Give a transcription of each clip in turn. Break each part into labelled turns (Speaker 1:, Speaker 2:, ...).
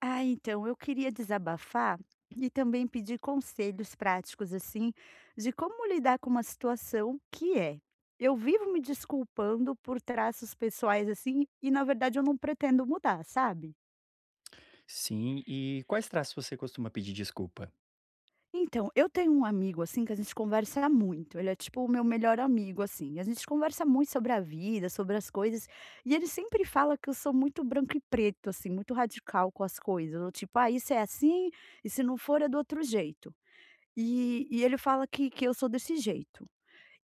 Speaker 1: Ah, então, eu queria desabafar e também pedir conselhos práticos, assim, de como lidar com uma situação que é: eu vivo me desculpando por traços pessoais, assim, e na verdade eu não pretendo mudar, sabe?
Speaker 2: Sim, e quais traços você costuma pedir desculpa?
Speaker 1: Então, eu tenho um amigo, assim, que a gente conversa muito. Ele é tipo o meu melhor amigo, assim. A gente conversa muito sobre a vida, sobre as coisas. E ele sempre fala que eu sou muito branco e preto, assim, muito radical com as coisas. Eu, tipo, ah, isso é assim, e se não for é do outro jeito. E ele fala que eu sou desse jeito.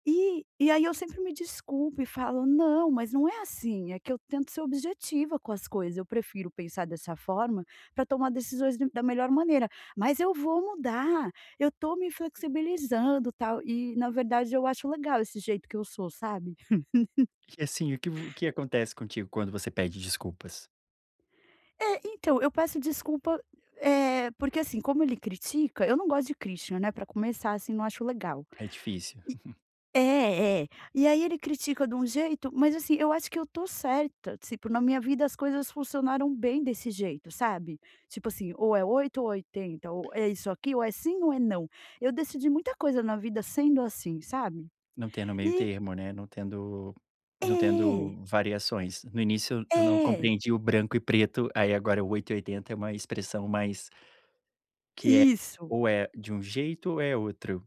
Speaker 1: E aí eu sempre me desculpo e falo: "Não, mas não é assim, é que eu tento ser objetiva com as coisas, eu prefiro pensar dessa forma para tomar decisões de da melhor maneira, mas eu vou mudar, eu tô me flexibilizando, tal". E na verdade eu acho legal esse jeito que eu sou, sabe.
Speaker 2: E assim, o que acontece contigo quando você pede desculpas?
Speaker 1: É, então, eu peço desculpa, é porque assim, como ele critica, eu não gosto de crítica, né, pra começar, assim, não acho legal.
Speaker 2: É difícil,
Speaker 1: É, é. E aí ele critica de um jeito, mas assim, eu acho que eu tô certa, tipo, na minha vida as coisas funcionaram bem desse jeito, sabe? Tipo assim, ou é 8 ou é 80 ou é isso aqui, ou é sim ou é não. Eu decidi muita coisa na vida sendo assim, sabe?
Speaker 2: não tendo meio
Speaker 1: E
Speaker 2: termo, né, não tendo não
Speaker 1: é,
Speaker 2: tendo variações. No início eu não
Speaker 1: é,
Speaker 2: compreendi o branco e preto, aí agora o 8 e 80 é uma expressão mais
Speaker 1: isso.
Speaker 2: ou é de um jeito ou é outro.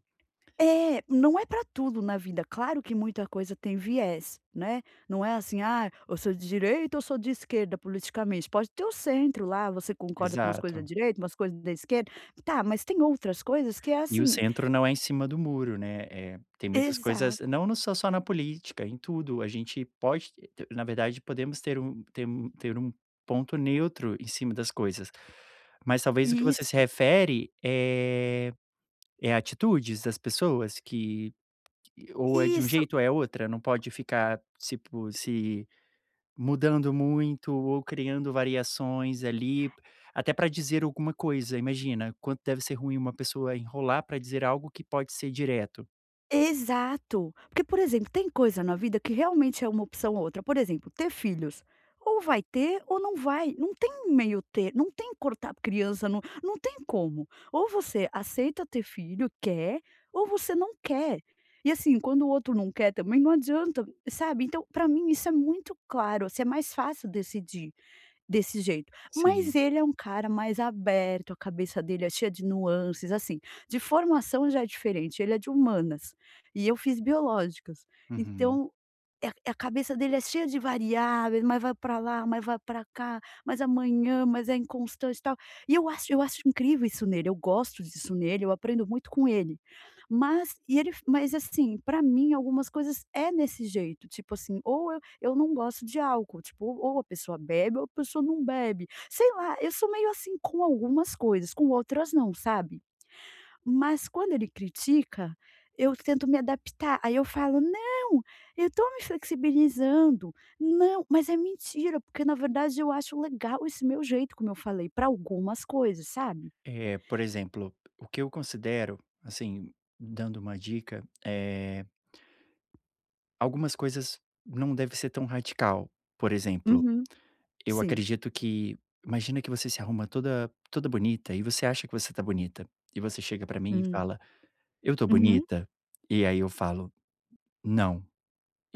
Speaker 1: É, não é para tudo na vida. Claro que muita coisa tem viés, né. Não é assim: "Ah, eu sou de direita ou sou de esquerda politicamente". Pode ter o centro lá, você concorda com umas coisas
Speaker 2: Exato.
Speaker 1: da direita, umas coisas da esquerda. Tá, mas tem outras coisas que é
Speaker 2: E o
Speaker 1: assim.
Speaker 2: centro não é em cima do muro, né, tem muitas coisas
Speaker 1: Exato.
Speaker 2: não no só na política, em tudo, a gente pode t na verdade podemos ter um ponto neutro em cima das coisas. Mas talvez o que você se
Speaker 1: Isso,
Speaker 2: refere, é atitudes das pessoas que ou é de um
Speaker 1: isso.
Speaker 2: jeito ou é outra, não pode ficar tipo se mudando muito ou criando variações ali, até para dizer alguma coisa. Imagina, quanto deve ser ruim uma pessoa enrolar para dizer algo que pode ser direto.
Speaker 1: Exato. Porque, por exemplo, tem coisa na vida que realmente é uma opção ou outra. Por exemplo, ter filhos. Ou vai ter ou não vai. Não tem meio ter, não tem cortar criança, não, não tem como. Ou você aceita ter filho, quer, ou você não quer. E assim, quando o outro não quer também, não adianta, sabe? Então, para mim, isso é muito claro, assim, é mais fácil decidir. Desse jeito. Mas
Speaker 2: Sim.
Speaker 1: ele é um cara mais aberto, a cabeça dele é cheia de nuances, assim, de formação já é diferente, ele é de humanas, e eu fiz biológicas.
Speaker 2: Uhum.
Speaker 1: Então, é a cabeça dele é cheia de variáveis, mas vai para lá, mas vai para cá, mas amanhã, mas é inconstante e tal. Eu acho incrível isso nele, eu gosto disso nele, eu aprendo muito com ele. Mas assim, para mim algumas coisas é nesse jeito, tipo assim, ou eu não gosto de álcool, tipo, ou a pessoa bebe ou a pessoa não bebe. Sei lá, eu sou meio assim com algumas coisas, com outras não, sabe? Mas quando ele critica, eu tento me adaptar, aí eu falo: "Não, eu estou me flexibilizando. Não", mas é mentira, porque na verdade eu acho legal esse meu jeito, como eu falei, para algumas coisas, sabe.
Speaker 2: Por exemplo, o que eu considero, assim, dando uma dica, é algumas coisas não deve ser tão radical. Por exemplo,
Speaker 1: Uhum.
Speaker 2: eu
Speaker 1: Sim.
Speaker 2: acredito que imagina que você se arruma toda bonita e você acha que você tá bonita, e você chega pra mim e
Speaker 1: Hum.
Speaker 2: fala: "Eu tô
Speaker 1: Uhum.
Speaker 2: bonita?" E aí eu falo: "Não".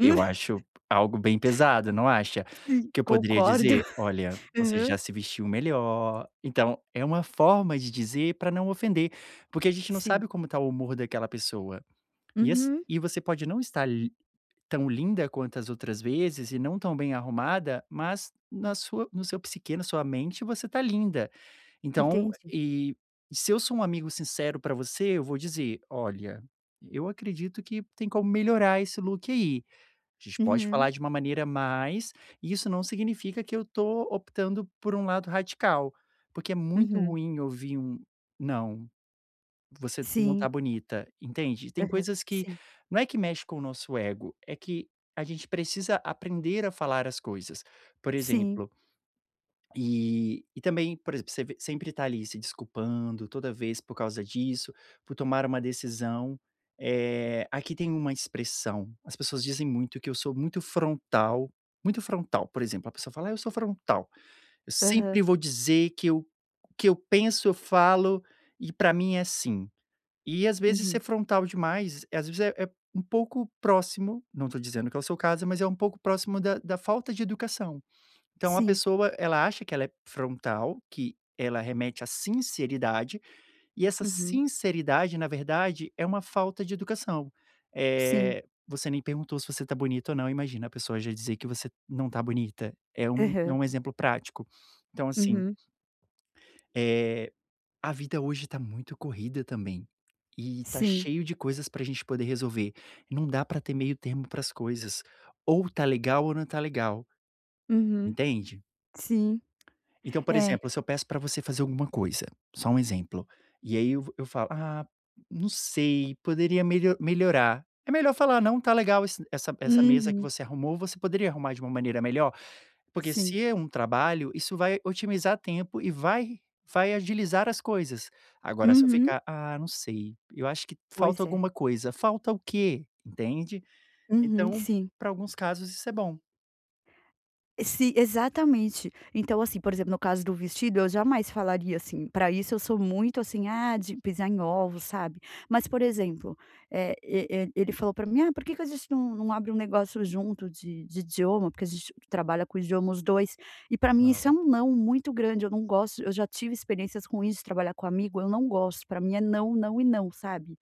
Speaker 2: Eu acho algo bem pesado, não acha?
Speaker 1: sim,
Speaker 2: Que eu poderia
Speaker 1: concordo.
Speaker 2: dizer: "Olha, você
Speaker 1: Aham.
Speaker 2: já se vestiu melhor". Então, é uma forma de dizer para não ofender, porque a gente não
Speaker 1: Sim.
Speaker 2: sabe como tá o humor daquela pessoa.
Speaker 1: Uhum.
Speaker 2: E você pode não estar li tão linda quanto as outras vezes e não tão bem arrumada, mas na sua no seu psiquê, na sua mente, você tá linda. Então,
Speaker 1: Entendi.
Speaker 2: e se eu sou um amigo sincero para você, eu vou dizer: "Olha, eu acredito que tem como melhorar esse look aí". A gente pode
Speaker 1: Uhum.
Speaker 2: falar de uma maneira mais e isso não significa que eu tô optando por um lado radical, porque é muito
Speaker 1: Uhum.
Speaker 2: ruim ouvir um: "Não, você não tá
Speaker 1: Sim.
Speaker 2: bonita", entende? Tem
Speaker 1: Aham.
Speaker 2: coisas que
Speaker 1: Sim.
Speaker 2: não é que mexe com o nosso ego, é que a gente precisa aprender a falar as coisas. Por
Speaker 1: Sim.
Speaker 2: exemplo e também, por exemplo, você vê sempre tá ali se desculpando toda vez por causa disso, por tomar uma decisão. Aqui tem uma expressão, as pessoas dizem muito que eu sou muito frontal, por exemplo, a pessoa fala: "Ah, eu sou frontal, eu sempre
Speaker 1: Aham.
Speaker 2: vou dizer que eu o que eu penso, eu falo e pra mim é assim". E às vezes
Speaker 1: Uhum.
Speaker 2: ser frontal demais, às vezes é um pouco próximo, não tô dizendo que é o seu caso, mas é um pouco próximo da falta de educação. Então a
Speaker 1: Sim.
Speaker 2: pessoa, ela acha que ela é frontal, que ela remete à sinceridade, e essa
Speaker 1: Uhum.
Speaker 2: sinceridade, na verdade, é uma falta de educação.
Speaker 1: Sim.
Speaker 2: Você nem perguntou se você tá bonita ou não, imagina a pessoa já dizer que você não tá bonita, é
Speaker 1: Aham.
Speaker 2: um exemplo prático. Então assim,
Speaker 1: Uhum.
Speaker 2: eh, a vida hoje tá muito corrida também, e tá
Speaker 1: Sim.
Speaker 2: cheio de coisas pra gente poder resolver, não dá pra ter meio termo para as coisas, ou tá legal ou não tá legal,
Speaker 1: Uhum.
Speaker 2: entende?
Speaker 1: Sim,
Speaker 2: Então, por
Speaker 1: é.
Speaker 2: exemplo, se eu peço para você fazer alguma coisa, só um exemplo, e aí eu falo: "Ah, não sei, poderia melhorar". É melhor falar: "Não tá legal esse essa essa mesa que
Speaker 1: Uhum,
Speaker 2: você arrumou, você poderia arrumar de uma maneira melhor?". Porque
Speaker 1: sim.
Speaker 2: se é um trabalho, isso vai otimizar tempo e vai agilizar as coisas. Agora se eu
Speaker 1: Uhum.
Speaker 2: ficar: "Ah, não sei, eu acho que falta
Speaker 1: Pois é.
Speaker 2: alguma coisa", falta o quê? Entende?
Speaker 1: Uhum,
Speaker 2: Então,
Speaker 1: sim.
Speaker 2: para alguns casos isso é bom.
Speaker 1: Si exatamente. Então, assim, por exemplo, no caso do vestido, eu jamais falaria assim, para isso eu sou muito assim, ah, de pisar em ovos, sabe. Mas, por exemplo, é e ele falou para mim: "Ah, por que que a gente não abre um negócio junto de idioma?", porque a gente trabalha com idioma os 2, e para mim isso é
Speaker 2: Uau.
Speaker 1: um não muito grande, eu não gosto, eu já tive experiências ruins de trabalhar com amigo, eu não gosto, para mim é não, não e não, sabe.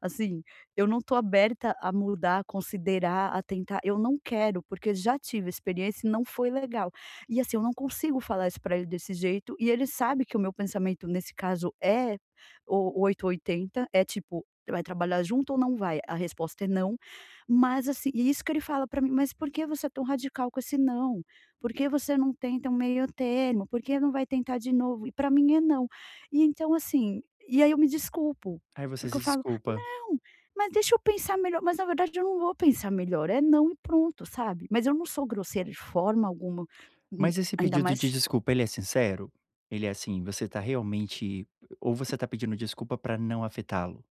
Speaker 1: Assim, eu não tô aberta a mudar, a considerar, a tentar, eu não quero, porque já tive experiência e não foi legal. E assim, eu não consigo falar isso pra ele desse jeito, e ele sabe que o meu pensamento nesse caso é o 8 ou 80, é tipo: "Vai trabalhar junto ou não vai?". A resposta é "não", mas assim e isso que ele fala pra mim: "Mas por que você é tão radical com esse não? Por que você não tenta um meio termo? Por que não vai tentar de novo?". E pra mim é não. E então assim, e aí eu me desculpo,
Speaker 2: Aí você
Speaker 1: porque
Speaker 2: se
Speaker 1: eu falo
Speaker 2: desculpa.
Speaker 1: não, mas deixa eu pensar melhor, mas na verdade eu não vou pensar melhor, é não e pronto, sabe. Mas eu não sou grosseira de forma alguma, hum,
Speaker 2: Mas esse
Speaker 1: ainda
Speaker 2: pedido de
Speaker 1: mais.
Speaker 2: desculpa, ele é sincero? Ele é assim, você tá realmente ou você tá pedindo desculpa pra não afetá-lo?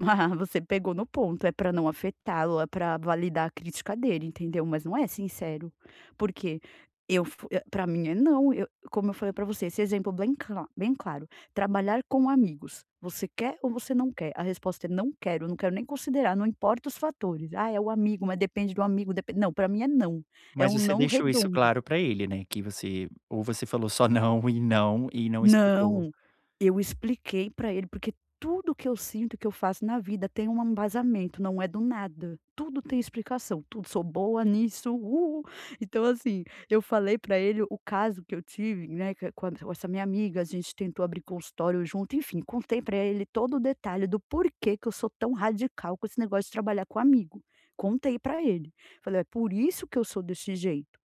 Speaker 1: Ah, você pegou no ponto, é pra não afetá-lo, é pra validar a crítica dele, entendeu? Mas não é sincero, porque pra mim é não, eu como eu falei pra você, esse exemplo bem claro, trabalhar com amigos, você quer ou você não quer? A resposta é não quero, não quero nem considerar, não importa os fatores. Ah, é o amigo, mas depende do amigo, depende. Não, pra mim é não, é
Speaker 2: Mas
Speaker 1: um
Speaker 2: você
Speaker 1: não
Speaker 2: deixou isso
Speaker 1: redondo.
Speaker 2: claro pra ele, né, que você ou você falou só não e não, e não explicou.
Speaker 1: Não, eu expliquei pra ele, porque tudo que eu sinto, que eu faço na vida tem um embasamento, não é do nada. Tudo tem explicação, tudo, sou boa nisso, Então assim, eu falei pra ele o caso que eu tive, né, que com essa minha amiga, a gente tentou abrir consultório junto, enfim, contei pra ele todo o detalhe do porquê que eu sou tão radical com esse negócio de trabalhar com amigo. Contei pra ele. Falei: "É por isso que eu sou desse jeito".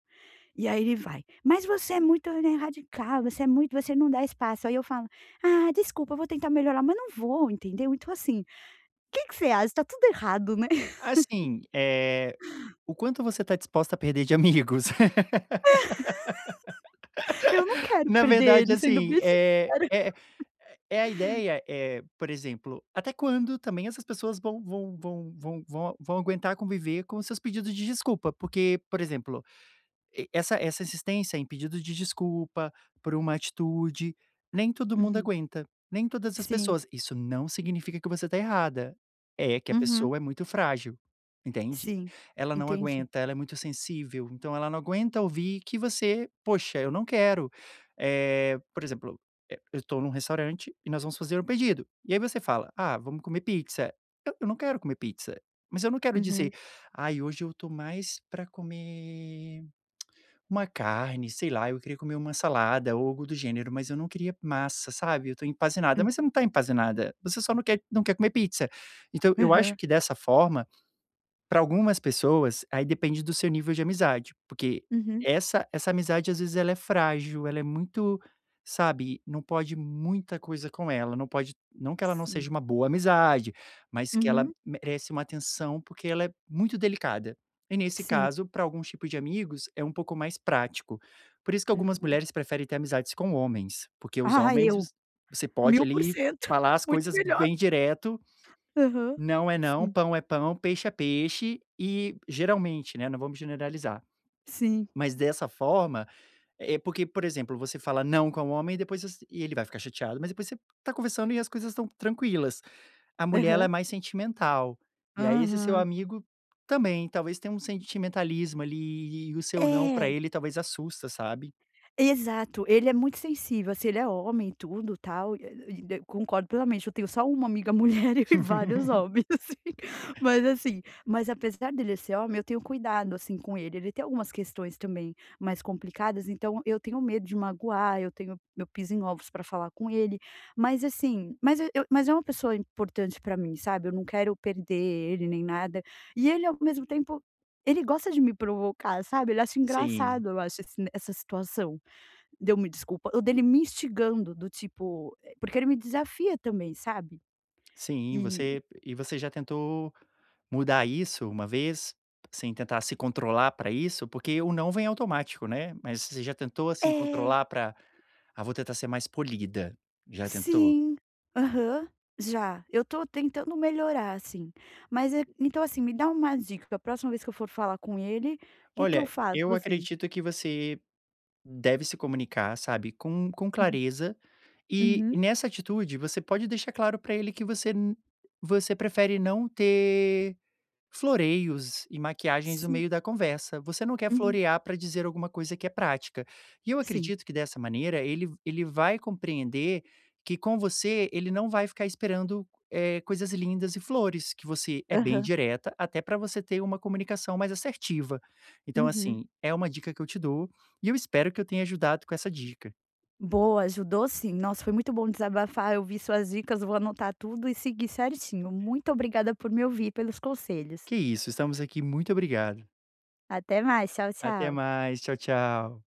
Speaker 1: E aí ele vai: "Mas você é muito, né, radical, você é muito, você não dá espaço". Aí eu falo: "Ah, desculpa, eu vou tentar melhorar, mas não vou", entendeu. Então assim, o que que você acha? Está tudo errado, né.
Speaker 2: Assim, o quanto você tá disposta a perder de amigos.
Speaker 1: Eu não quero
Speaker 2: Na
Speaker 1: perder
Speaker 2: verdade,
Speaker 1: ele, sendo
Speaker 2: assim,
Speaker 1: bem sincera.
Speaker 2: é a ideia, é, por exemplo, até quando também essas pessoas vão aguentar conviver com seus pedidos de desculpa? Porque, por exemplo. E essa insistência em pedido de desculpa por uma atitude, nem todo mundo
Speaker 1: Uhum.
Speaker 2: aguenta, nem todas as
Speaker 1: Sim.
Speaker 2: pessoas. Isso não significa que você está errada, é que a
Speaker 1: Uhum.
Speaker 2: pessoa é muito frágil, entende?
Speaker 1: Sim.
Speaker 2: Ela não
Speaker 1: Entendi.
Speaker 2: aguenta, ela é muito sensível, então ela não aguenta ouvir que você: "Poxa, eu não quero". Eh, por exemplo, eu estou num restaurante e nós vamos fazer um pedido, e aí você fala: "Ah, vamos comer pizza". "Eu não quero comer pizza", mas eu não quero dizer:
Speaker 1: Uhum.
Speaker 2: "Ai, hoje eu tô mais pra comer uma carne, sei lá, eu queria comer uma salada ou algo do gênero, mas eu não queria massa, sabe, eu tô empanzinada,
Speaker 1: Hum.
Speaker 2: mas você não tá empanzinada, você só não quer comer pizza. Então eu acho
Speaker 1: Aham.
Speaker 2: que dessa forma para algumas pessoas, aí depende do seu nível de amizade, porque
Speaker 1: Uhum.
Speaker 2: essa amizade às vezes ela é frágil, ela é muito sabe, não pode muita coisa com ela, não que ela não
Speaker 1: Sim.
Speaker 2: seja uma boa amizade, mas que ela
Speaker 1: Uhum.
Speaker 2: merece uma atenção, porque ela é muito delicada. E nesse
Speaker 1: Sim.
Speaker 2: caso, para alguns tipos de amigos, é um pouco mais prático. Por isso que algumas
Speaker 1: Uhum.
Speaker 2: mulheres preferem ter amizades com homens, porque os
Speaker 1: Ah,
Speaker 2: homens
Speaker 1: eu,
Speaker 2: você pode
Speaker 1: mil por
Speaker 2: ali
Speaker 1: cento
Speaker 2: falar as
Speaker 1: Muito
Speaker 2: coisas
Speaker 1: melhor.
Speaker 2: bem direto,
Speaker 1: Aham.
Speaker 2: não é não,
Speaker 1: Sim.
Speaker 2: pão é pão, peixe é peixe e geralmente, né, não vamos generalizar,
Speaker 1: Sim.
Speaker 2: mas dessa forma, é porque, por exemplo, você fala não com o homem e depois você e ele vai ficar chateado, mas depois você tá conversando e as coisas estão tranquilas. A mulher ela é
Speaker 1: Aham.
Speaker 2: mais sentimental, e aí esse seu
Speaker 1: Aham.
Speaker 2: amigo também, talvez tenha um sentimentalismo ali e o seu não pra
Speaker 1: É.
Speaker 2: ele talvez assusta, sabe?
Speaker 1: Exato, ele é muito sensível, assim, ele é homem e tudo, tal, e e eu concordo plenamente, eu tenho só uma amiga mulher e vários homens, assim. Mas assim, mas apesar dele ser homem, eu tenho cuidado, assim, com ele, ele tem algumas questões também mais complicadas, então eu tenho medo de magoar, eu piso em ovos para falar com ele, mas assim, mas eu mas é uma pessoa importante para mim, sabe, eu não quero perder ele nem nada, e ele ao mesmo tempo, ele gosta de me provocar, sabe, ele acha
Speaker 2: Sim.
Speaker 1: engraçado, eu acho, esse essa situação. Deu-me desculpa, ou dele me instigando do tipo porque ele me desafia também, sabe.
Speaker 2: Sim,
Speaker 1: E
Speaker 2: você já tentou mudar isso uma vez, sem tentar se controlar para isso? Porque o não vem automático, né, mas você já tentou, assim,
Speaker 1: é,
Speaker 2: controlar para "Ah, vou tentar ser mais polida". Já tentou?
Speaker 1: sim, aham, já. Eu tô tentando melhorar, assim. Mas é então assim, me dá uma dica, a próxima vez que eu for falar com ele, o que que eu
Speaker 2: Olha,
Speaker 1: faço,
Speaker 2: eu
Speaker 1: assim?
Speaker 2: acredito que você deve se comunicar, sabe, com
Speaker 1: Uhum,
Speaker 2: clareza e
Speaker 1: uhum,
Speaker 2: nessa atitude você pode deixar claro para ele que você n você prefere não ter floreios e maquiagens no
Speaker 1: sim,
Speaker 2: meio da conversa. Você não quer
Speaker 1: uhum,
Speaker 2: florear para dizer alguma coisa que é prática. E eu
Speaker 1: sim,
Speaker 2: acredito que dessa maneira ele vai compreender que com você ele não vai ficar esperando coisas lindas e flores, que você é bem
Speaker 1: aham,
Speaker 2: direta, até para você ter uma comunicação mais assertiva. Então,
Speaker 1: uhum.
Speaker 2: assim, é uma dica que eu te dou e eu espero que eu tenha ajudado com essa dica.
Speaker 1: Boa, ajudou sim. Nossa, foi muito bom desabafar, eu vi suas dicas, vou anotar tudo e seguir certinho. Muito obrigada por me ouvir, pelos conselhos.
Speaker 2: Que isso, estamos aqui, muito obrigado.
Speaker 1: Até mais, tchau,
Speaker 2: Até
Speaker 1: tchau.
Speaker 2: mais, tchau, tchau.